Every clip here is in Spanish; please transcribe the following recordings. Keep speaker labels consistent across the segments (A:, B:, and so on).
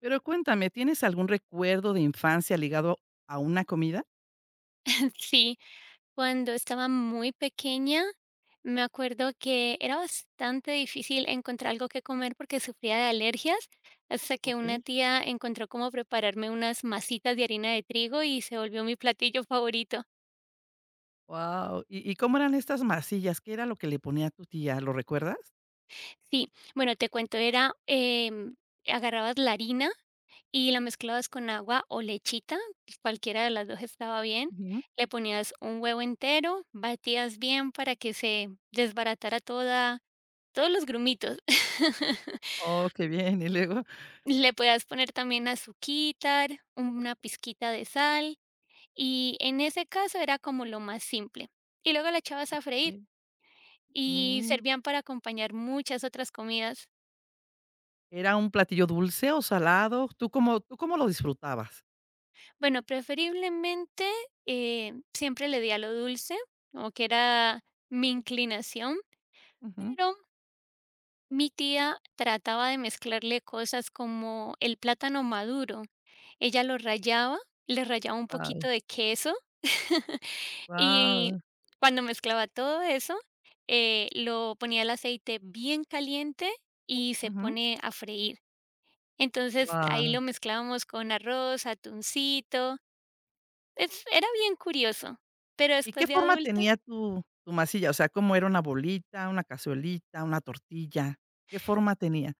A: Pero cuéntame, ¿tienes algún recuerdo de infancia ligado a una comida?
B: Sí, cuando estaba muy pequeña, me acuerdo que era bastante difícil encontrar algo que comer porque sufría de alergias, hasta que una
A: Okey.
B: tía encontró cómo prepararme unas masitas de harina de trigo y se volvió mi platillo favorito.
A: Wow. ¿Y cómo eran estas masillas? ¿Qué era lo que le ponía a tu tía? ¿Lo recuerdas?
B: Sí, bueno, te cuento, era, agarrabas la harina y la mezclabas con agua o lechita, cualquiera de las 2 estaba bien,
A: Ujú.
B: le ponías un huevo entero, batías bien para que se desbaratara toda todos los grumitos.
A: Oh, qué bien. Y luego,
B: Le puedas poner también azuquitar, una pizquita de sal, y en ese caso era como lo más simple. Y luego la echabas a freír
A: sí.
B: y
A: Mm,
B: servían para acompañar muchas otras comidas.
A: ¿era un platillo dulce o salado? ¿Tú cómo lo disfrutabas?
B: Bueno, preferiblemente, siempre le di a lo dulce, como que era mi inclinación,
A: Ujú.
B: pero mi tía trataba de mezclarle cosas como el plátano maduro. Ella lo rallaba, le rallaba un
A: Wow.
B: poquito de queso.
A: Guau,
B: Y cuando mezclaba todo eso, lo ponía el aceite bien caliente y se
A: ujú,
B: pone a freír. Entonces, ahí
A: guau.
B: lo mezclábamos con arroz, atuncito, es era bien curioso, pero
A: ¿Y
B: después
A: qué
B: de
A: forma
B: adulta.
A: tenía tu masilla? O sea, ¿cómo era, una bolita, una cazuelita, una tortilla? ¿Qué forma tenía?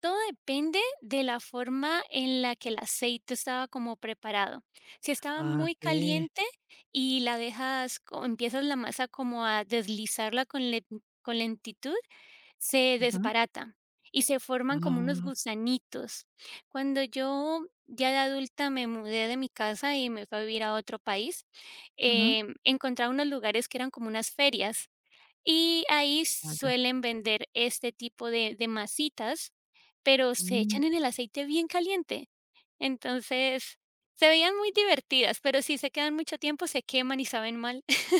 B: Todo depende de la forma en la que el aceite estaba como preparado. Si estaba
A: Ah,
B: muy
A: okey.
B: caliente y la dejas empiezas la masa como a deslizarla con, con lentitud, se
A: Ujú.
B: desbarata y se forman como unos
A: Ah.
B: gusanitos. Cuando yo ya de adulta me mudé de mi casa y me fui a vivir a otro país,
A: Ujú.
B: encontraba unos lugares que eran como unas ferias y ahí
A: Ah, ya.
B: suelen vender este tipo de masitas, pero se
A: Mm.
B: echan en el aceite bien caliente. Entonces, se veían muy divertidas, pero si se quedan mucho tiempo, se queman y saben mal.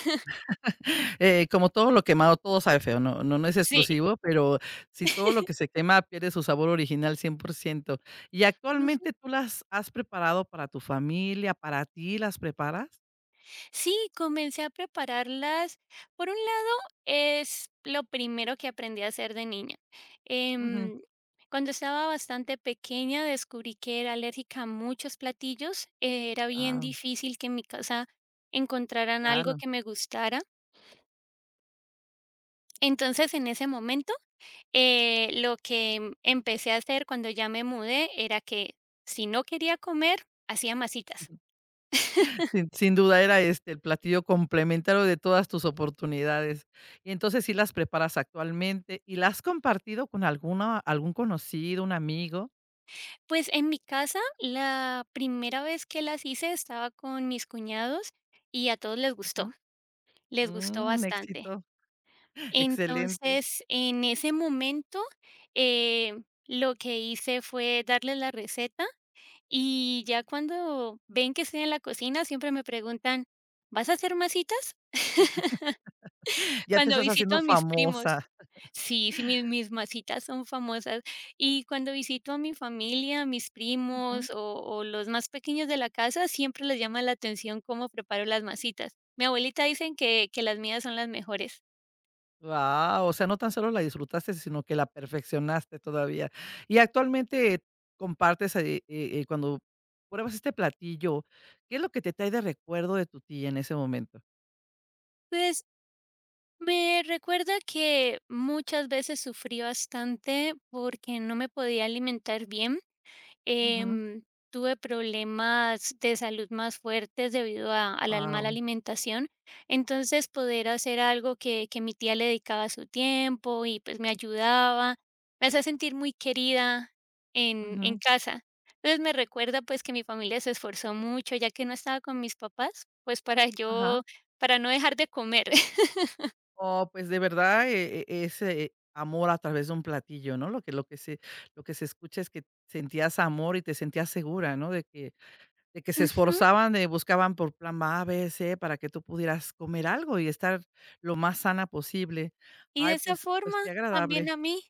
A: Como todo lo quemado, todo sabe feo, no es
B: Sí.
A: exclusivo, pero si todo lo que se quema pierde su sabor original 100%. ¿Y actualmente tú las has preparado para tu familia, para ti las preparas?
B: Sí, comencé a prepararlas. Por un lado, es lo primero que aprendí a hacer de niña.
A: Ujú.
B: Em, Cuando estaba bastante pequeña, descubrí que era alérgica a muchos platillos. Era bien
A: Guau,
B: difícil que en mi casa encontraran algo
A: claro.
B: que me gustara. Entonces, en ese momento, lo que empecé a hacer cuando ya me mudé era que si no quería comer, hacía masitas.
A: Sin duda era, este, el platillo complementario de todas tus oportunidades. Y entonces, sí las preparas actualmente, ¿y las has compartido con alguna algún conocido, un amigo?
B: Pues en mi casa, la primera vez que las hice estaba con mis cuñados y a todos
A: Ujú.
B: les gustó
A: Mm, un
B: bastante.
A: éxito. Excelente.
B: Entonces, en ese momento, lo que hice fue darles la receta y ya cuando ven que estoy en la cocina, siempre me preguntan, ¿vas a hacer masitas?
A: Ya te
B: Cuando
A: estás
B: visito
A: haciendo
B: a mis primos.
A: famosa.
B: Sí, sí, mis masitas son famosas. Y cuando visito a mi familia, mis
A: Ujú.
B: primos o los más pequeños de la casa, siempre les llama la atención cómo preparo las masitas. Mi abuelita dicen que las mías son las mejores.
A: Guau, o sea, no tan solo la disfrutaste, sino que la perfeccionaste todavía. Y actualmente compartes, cuando pruebas este platillo, ¿qué es lo que te trae de recuerdo de tu tía en ese momento?
B: Pues, me recuerda que muchas veces sufrí bastante porque no me podía alimentar bien.
A: Ujú.
B: Em, Tuve problemas de salud más fuertes debido a la mala
A: Guau.
B: alimentación. Entonces, poder hacer algo que mi tía le dedicaba su tiempo y, pues, me ayudaba, me hace sentir muy querida en
A: Ujú.
B: casa. Entonces, me recuerda, pues, que mi familia se esforzó mucho, ya que no estaba con mis papás, pues, para
A: Ajá.
B: yo para no dejar de comer.
A: Oh, pues de verdad, ese amor a través de un platillo, ¿no? Lo que se escucha es que sentías amor y te sentías segura, ¿no? De que se esforzaban, de buscaban por plan A, B, C, para que tú pudieras comer algo y estar lo más sana posible.
B: Y de
A: Ay,
B: esa
A: pues
B: forma,
A: qué
B: también
A: agradable.
B: a mí,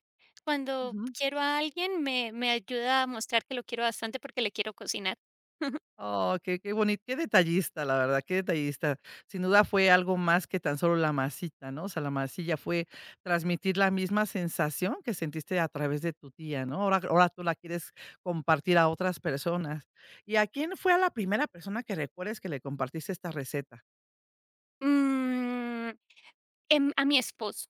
B: cuando
A: Ujú.
B: quiero a alguien, me ayuda a mostrar que lo quiero bastante porque le quiero cocinar.
A: Oh, qué bonito, qué detallista, la verdad, qué detallista. Sin duda fue algo más que tan solo la masita, ¿no? O sea, la masilla fue transmitir la misma sensación que sentiste a través de tu tía, ¿no? Ahora tú la quieres compartir a otras personas. ¿Y a quién fue, a la primera persona que recuerdes que le compartiste esta receta?
B: Mm, a mi esposo,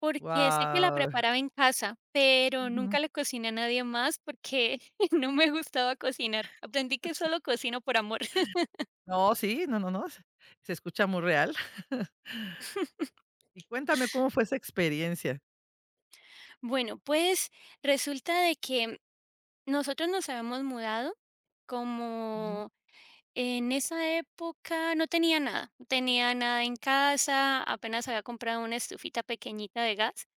B: porque sé que la
A: Wow.
B: preparaba en casa, pero nunca le cociné a nadie más porque no me gustaba cocinar. Aprendí que solo cocino por amor.
A: No, sí, no, se escucha muy real. Y cuéntame, ¿cómo fue esa experiencia?
B: Bueno, pues resulta de que nosotros nos habíamos mudado
A: Ujú,
B: como. En esa época no tenía nada, no tenía nada en casa, apenas había comprado una estufita pequeñita de gas.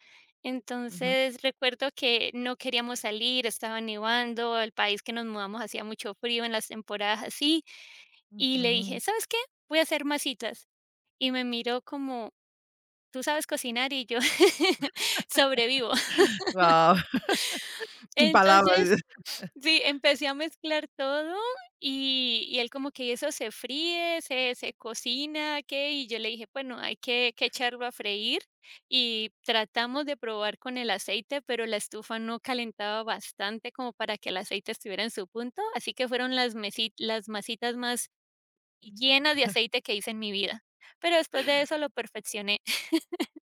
A: ujú,
B: Entonces recuerdo que no queríamos salir, estaba nevando, el país que nos mudamos hacía mucho frío en las temporadas así, y le dije,
A: ujú.
B: ¿sabes qué? Voy a hacer masitas. Y me miró como, ¿tú sabes cocinar? Y yo sobrevivo.
A: Guau. Sin palabras.
B: Entonces sí, empecé a mezclar todo y él como que: eso se fríe, se cocina, ¿qué?". Y yo le dije: "Bueno, hay que echarlo a freír". Y tratamos de probar con el aceite, pero la estufa no calentaba bastante como para que el aceite estuviera en su punto, así que fueron las masitas más llenas de aceite que hice en mi vida. Pero después de eso lo perfeccioné.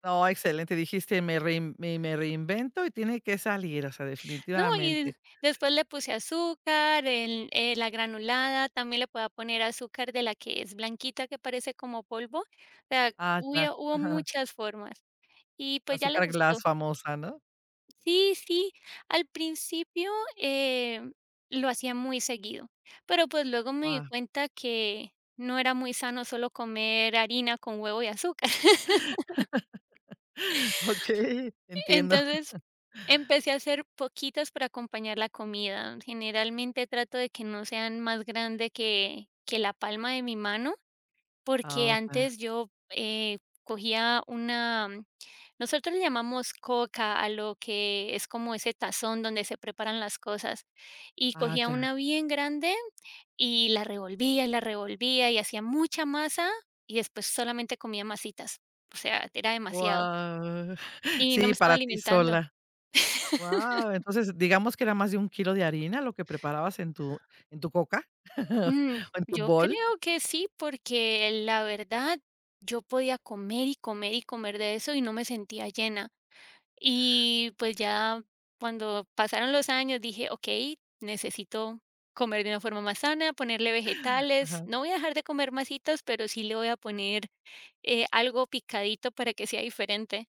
A: No, excelente, dijiste: "Me reinvento y tiene que salir", o sea,
B: No, y
A: definitivamente.
B: después le puse azúcar, el, la granulada, también le puedo poner azúcar de la que es blanquita, que parece como polvo. O sea,
A: Ah, ya,
B: hubo
A: ajá.
B: muchas formas y pues ya le
A: Azúcar Glass
B: gustó.
A: famosa, ¿no?
B: Sí, sí, al principio eh, lo hacía muy seguido, pero pues luego me di
A: Wow.
B: cuenta que no era muy sano solo comer harina con huevo y azúcar.
A: Okey, entiendo.
B: Entonces, empecé a hacer poquitas para acompañar la comida. Generalmente trato de que no sean más grande que la palma de mi mano, porque
A: Ah, ya,
B: antes yo, cogía una nosotros le llamamos coca a lo que es como ese tazón donde se preparan las cosas, y
A: ah,
B: cogía una
A: ya.
B: bien grande y la revolvía, y la revolvía, y hacía mucha masa, y después solamente comía masitas. O sea, era demasiado,
A: Wow.
B: y no me
A: Sí,
B: estaba
A: para ti
B: alimentando.
A: sola. Wow, entonces, digamos que era más de un kilo de harina lo que preparabas en tu coca
B: Mm,
A: o en tu
B: yo
A: bol.
B: creo que sí, porque la verdad yo podía comer y comer y comer de eso y no me sentía llena. Y pues ya cuando pasaron los años dije, ok, necesito comer de una forma más sana, ponerle vegetales.
A: Ajá.
B: No voy a dejar de comer masitas, pero sí le voy a poner algo picadito para que sea diferente.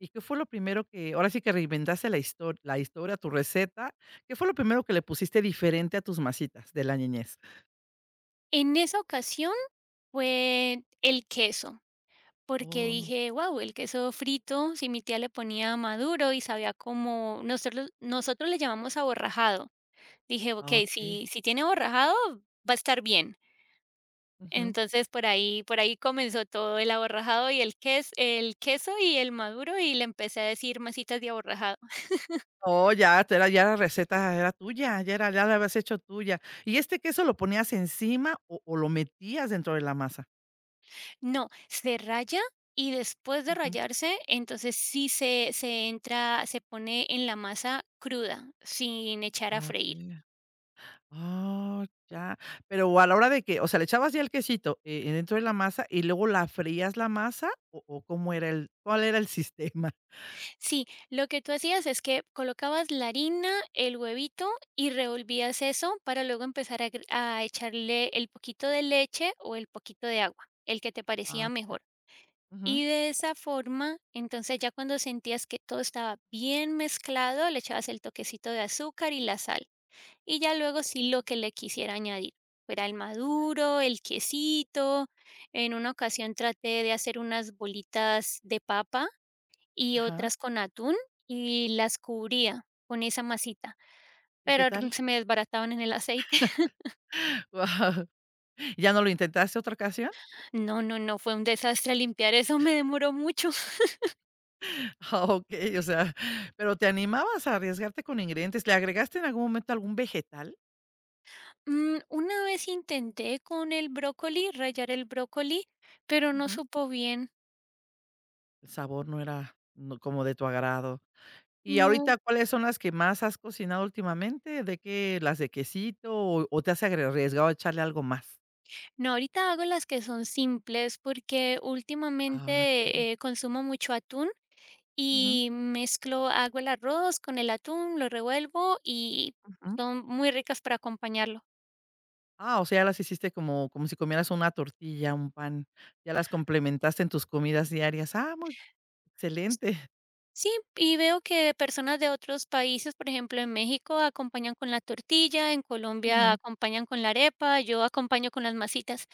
A: ¿Y qué fue lo primero que ahora sí que reinventaste la historia, tu receta? ¿Qué fue lo primero que le pusiste diferente a tus masitas de la niñez?
B: En esa ocasión fue el queso, porque
A: Oh,
B: dije, wow, el queso frito, si mi tía le ponía maduro y sabía como nosotros le llamamos aborrajado. Dije, ok,
A: ah, okey.
B: si tiene aborrajado, va a estar bien.
A: Ujú.
B: Entonces por ahí comenzó todo el aborrajado y el queso y el maduro, y le empecé a decir masitas de aborrajado.
A: Oh, ya te era ya la receta era tuya, ya era ya la habías hecho tuya. ¿Y este queso lo ponías encima o lo metías dentro de la masa?
B: No, se raya y después de
A: Ujú.
B: rayarse, entonces sí se entra, se pone en la masa cruda, sin echar a freír.
A: Okey. Oh, ya. Pero a la hora de que, o sea, le echabas ya el quesito, dentro de la masa y luego la frías la masa, ¿o cómo era el cuál era el sistema?
B: Sí, lo que tú hacías es que colocabas la harina, el huevito y revolvías eso para luego empezar a, a echarle el poquito de leche o el poquito de agua, el que te parecía
A: Ah,
B: mejor.
A: ujú.
B: Y de esa forma, entonces ya cuando sentías que todo estaba bien mezclado, le echabas el toquecito de azúcar y la sal. Y ya luego sí lo que le quisiera añadir, fuera el maduro, el quesito. En una ocasión traté de hacer unas bolitas de papa y
A: Ajá,
B: otras con atún y las cubría con esa masita,
A: ¿y
B: pero
A: qué
B: r
A: tal?
B: se me desbarataban en el aceite.
A: Guau. ¿Ya no lo intentaste otra ocasión?
B: No, no, no, fue un desastre limpiar eso, me demoró mucho.
A: Ah, okey, o sea. Pero, ¿te animabas a arriesgarte con ingredientes? ¿Le agregaste en algún momento algún vegetal?
B: Mm, una vez intenté con el brócoli, rallar el brócoli, pero no
A: Ujú.
B: supo bien.
A: El sabor no era, no como de tu agrado. Y
B: No,
A: ahorita, ¿cuáles son las que más has cocinado últimamente? ¿De qué? ¿Las de quesito o te has agre arriesgado a echarle algo más?
B: no, ahorita hago las que son simples porque
A: Ah, okey.
B: últimamente, consumo mucho atún
A: Ujú.
B: y mezclo hago el arroz con el atún, lo revuelvo y
A: Ujú.
B: son muy ricas para acompañarlo.
A: Ah, o sea, ya las hiciste como si comieras una tortilla, un pan, ya las complementaste en tus comidas diarias. Ah, muy excelente.
B: Sí, y veo que personas de otros países, por ejemplo, en México acompañan con la tortilla, en Colombia
A: Ujú.
B: acompañan con la arepa, yo acompaño con las masitas.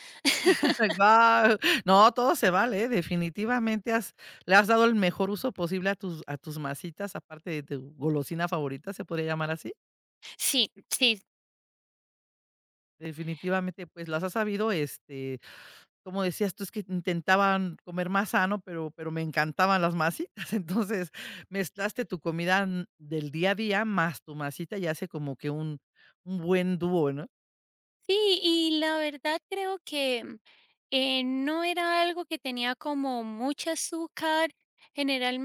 A: Guau. No, todo se vale, ¿eh? Definitivamente has le has dado el mejor uso posible a tus masitas, aparte de tu golosina favorita, ¿se podría llamar así?
B: Sí, sí,
A: Definitivamente, pues, las has sabido, este, como decías tú, es que intentaban comer más sano, pero me encantaban las masitas. Entonces, mezclaste tu comida, mm, del día a día más tu masita y hace como que un buen dúo, ¿no?
B: sí, y la verdad creo que, no era algo que tenía como mucho azúcar.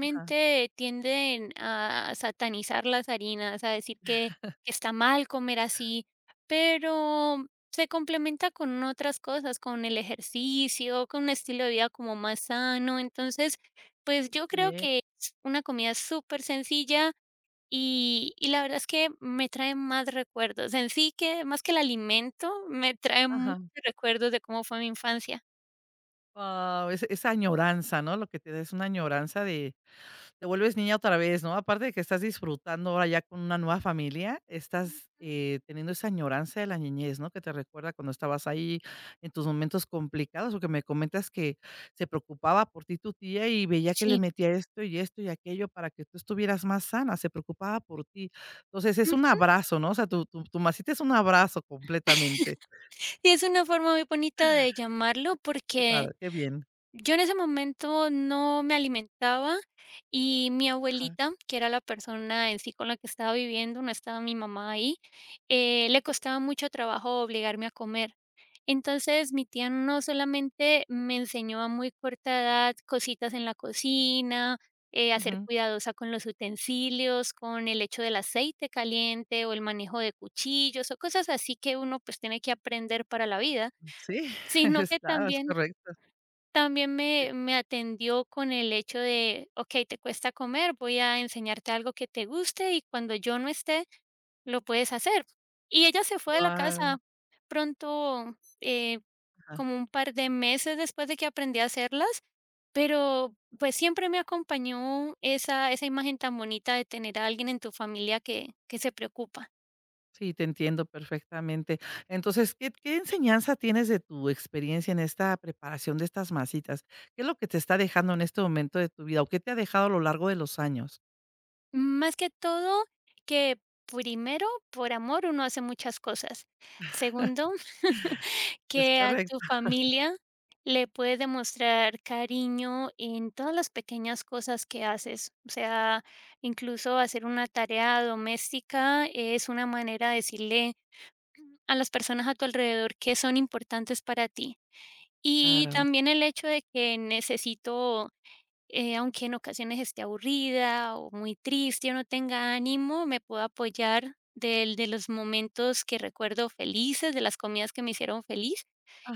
A: Ajá,
B: tienden a satanizar las harinas, a decir que está mal comer así, pero se complementa con otras cosas, con el ejercicio, con un estilo de vida como más sano. Entonces, pues, yo creo
A: bien,
B: que es una comida súper sencilla. Y la verdad es que me trae más recuerdos. En sí que, más que el alimento, me trae muchos
A: ajá.
B: recuerdos de cómo fue mi infancia.
A: Guau, es esa añoranza, ¿no? Lo que te da es una añoranza de. Te vuelves niña otra vez, ¿no? Aparte de que estás disfrutando ahora ya con una nueva familia, estás,
B: Ujú.
A: teniendo esa añoranza de la niñez, ¿no? Que te recuerda cuando estabas ahí en tus momentos complicados, o que me comentas que se preocupaba por ti tu tía y veía que le
B: Sí,
A: metía esto y esto y aquello para que tú estuvieras más sana, se preocupaba por ti. Entonces, es un
B: mm,
A: abrazo, ¿no? O sea, tu masita es un abrazo completamente.
B: y es una forma muy bonita de llamarlo
A: Qué
B: porque
A: padre, qué bien.
B: yo en ese momento no me alimentaba y mi
A: Ajá.
B: abuelita, que era la persona en sí con la que estaba viviendo, no estaba mi mamá ahí, le costaba mucho trabajo obligarme a comer. Entonces, mi tía no solamente me enseñó a muy corta edad cositas en la cocina, a ser
A: Ujú.
B: cuidadosa con los utensilios, con el hecho del aceite caliente o el manejo de cuchillos o cosas así que uno pues tiene que aprender para la vida,
A: Sí,
B: sino
A: es
B: que
A: claro, es
B: también
A: correcto.
B: también
A: Eh,
B: me atendió con el hecho de: "Okey, te cuesta comer, voy a enseñarte algo que te guste y cuando yo no esté, lo puedes hacer". Y ella se fue de la
A: guau.
B: casa. Pronto, eh,
A: Ajá.
B: como un par de meses después de que aprendí a hacerlas, pero, pues, siempre me acompañó esa imagen tan bonita de tener a alguien en tu familia que se preocupa.
A: Sí, te entiendo perfectamente. Entonces, ¿qué enseñanza tienes de tu experiencia en esta preparación de estas masitas? ¿Qué es lo que te está dejando en este momento de tu vida o qué te ha dejado a lo largo de los años?
B: Más que todo, que primero, por amor uno hace muchas cosas. Segundo,
A: Es
B: que a
A: correcto.
B: tu familia le puedes demostrar cariño en todas las pequeñas cosas que haces. O sea, incluso hacer una tarea doméstica es una manera de decirle a las personas a tu alrededor que son importantes para ti. Y
A: Claro.
B: también el hecho de que necesito aunque en ocasiones esté aburrida o muy triste o no tenga ánimo, me puedo apoyar del de los momentos que recuerdo felices, de las comidas que me hicieron feliz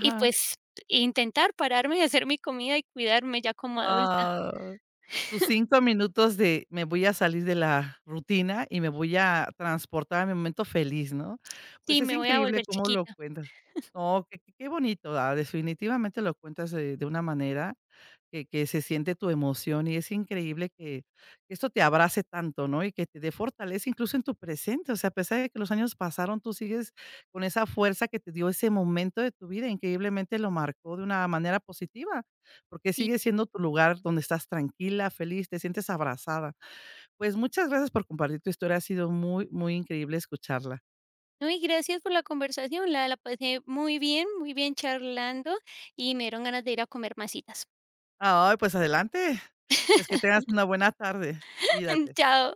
B: y, pues, intentar pararme y hacer mi comida y cuidarme ya como adulta.
A: Ah, tus 5 minutos de me voy a salir de la rutina y me voy a transportar a mi momento feliz, ¿no? Pues
B: Sí,
A: es
B: me voy a
A: increíble
B: volver
A: cómo lo
B: chiquita.
A: cuentas. No, qué bonito, ah, definitivamente lo cuentas de una manera que se siente tu emoción, y es increíble que esto te abrace tanto, ¿no? Y que te dé fortaleza incluso en tu presente, o sea, a pesar de que los años pasaron, tú sigues con esa fuerza que te dio ese momento de tu vida, increíblemente lo marcó de una manera positiva, porque
B: Sí.
A: sigue siendo tu lugar donde estás tranquila, feliz, te sientes abrazada. Pues, muchas gracias por compartir tu historia, ha sido muy, muy increíble escucharla.
B: No, y gracias por la conversación, la pasé muy bien charlando y me dieron ganas de ir a comer masitas.
A: Ay, pues adelante. Pues que tengas una buena tarde. Cuídate.
B: Chao.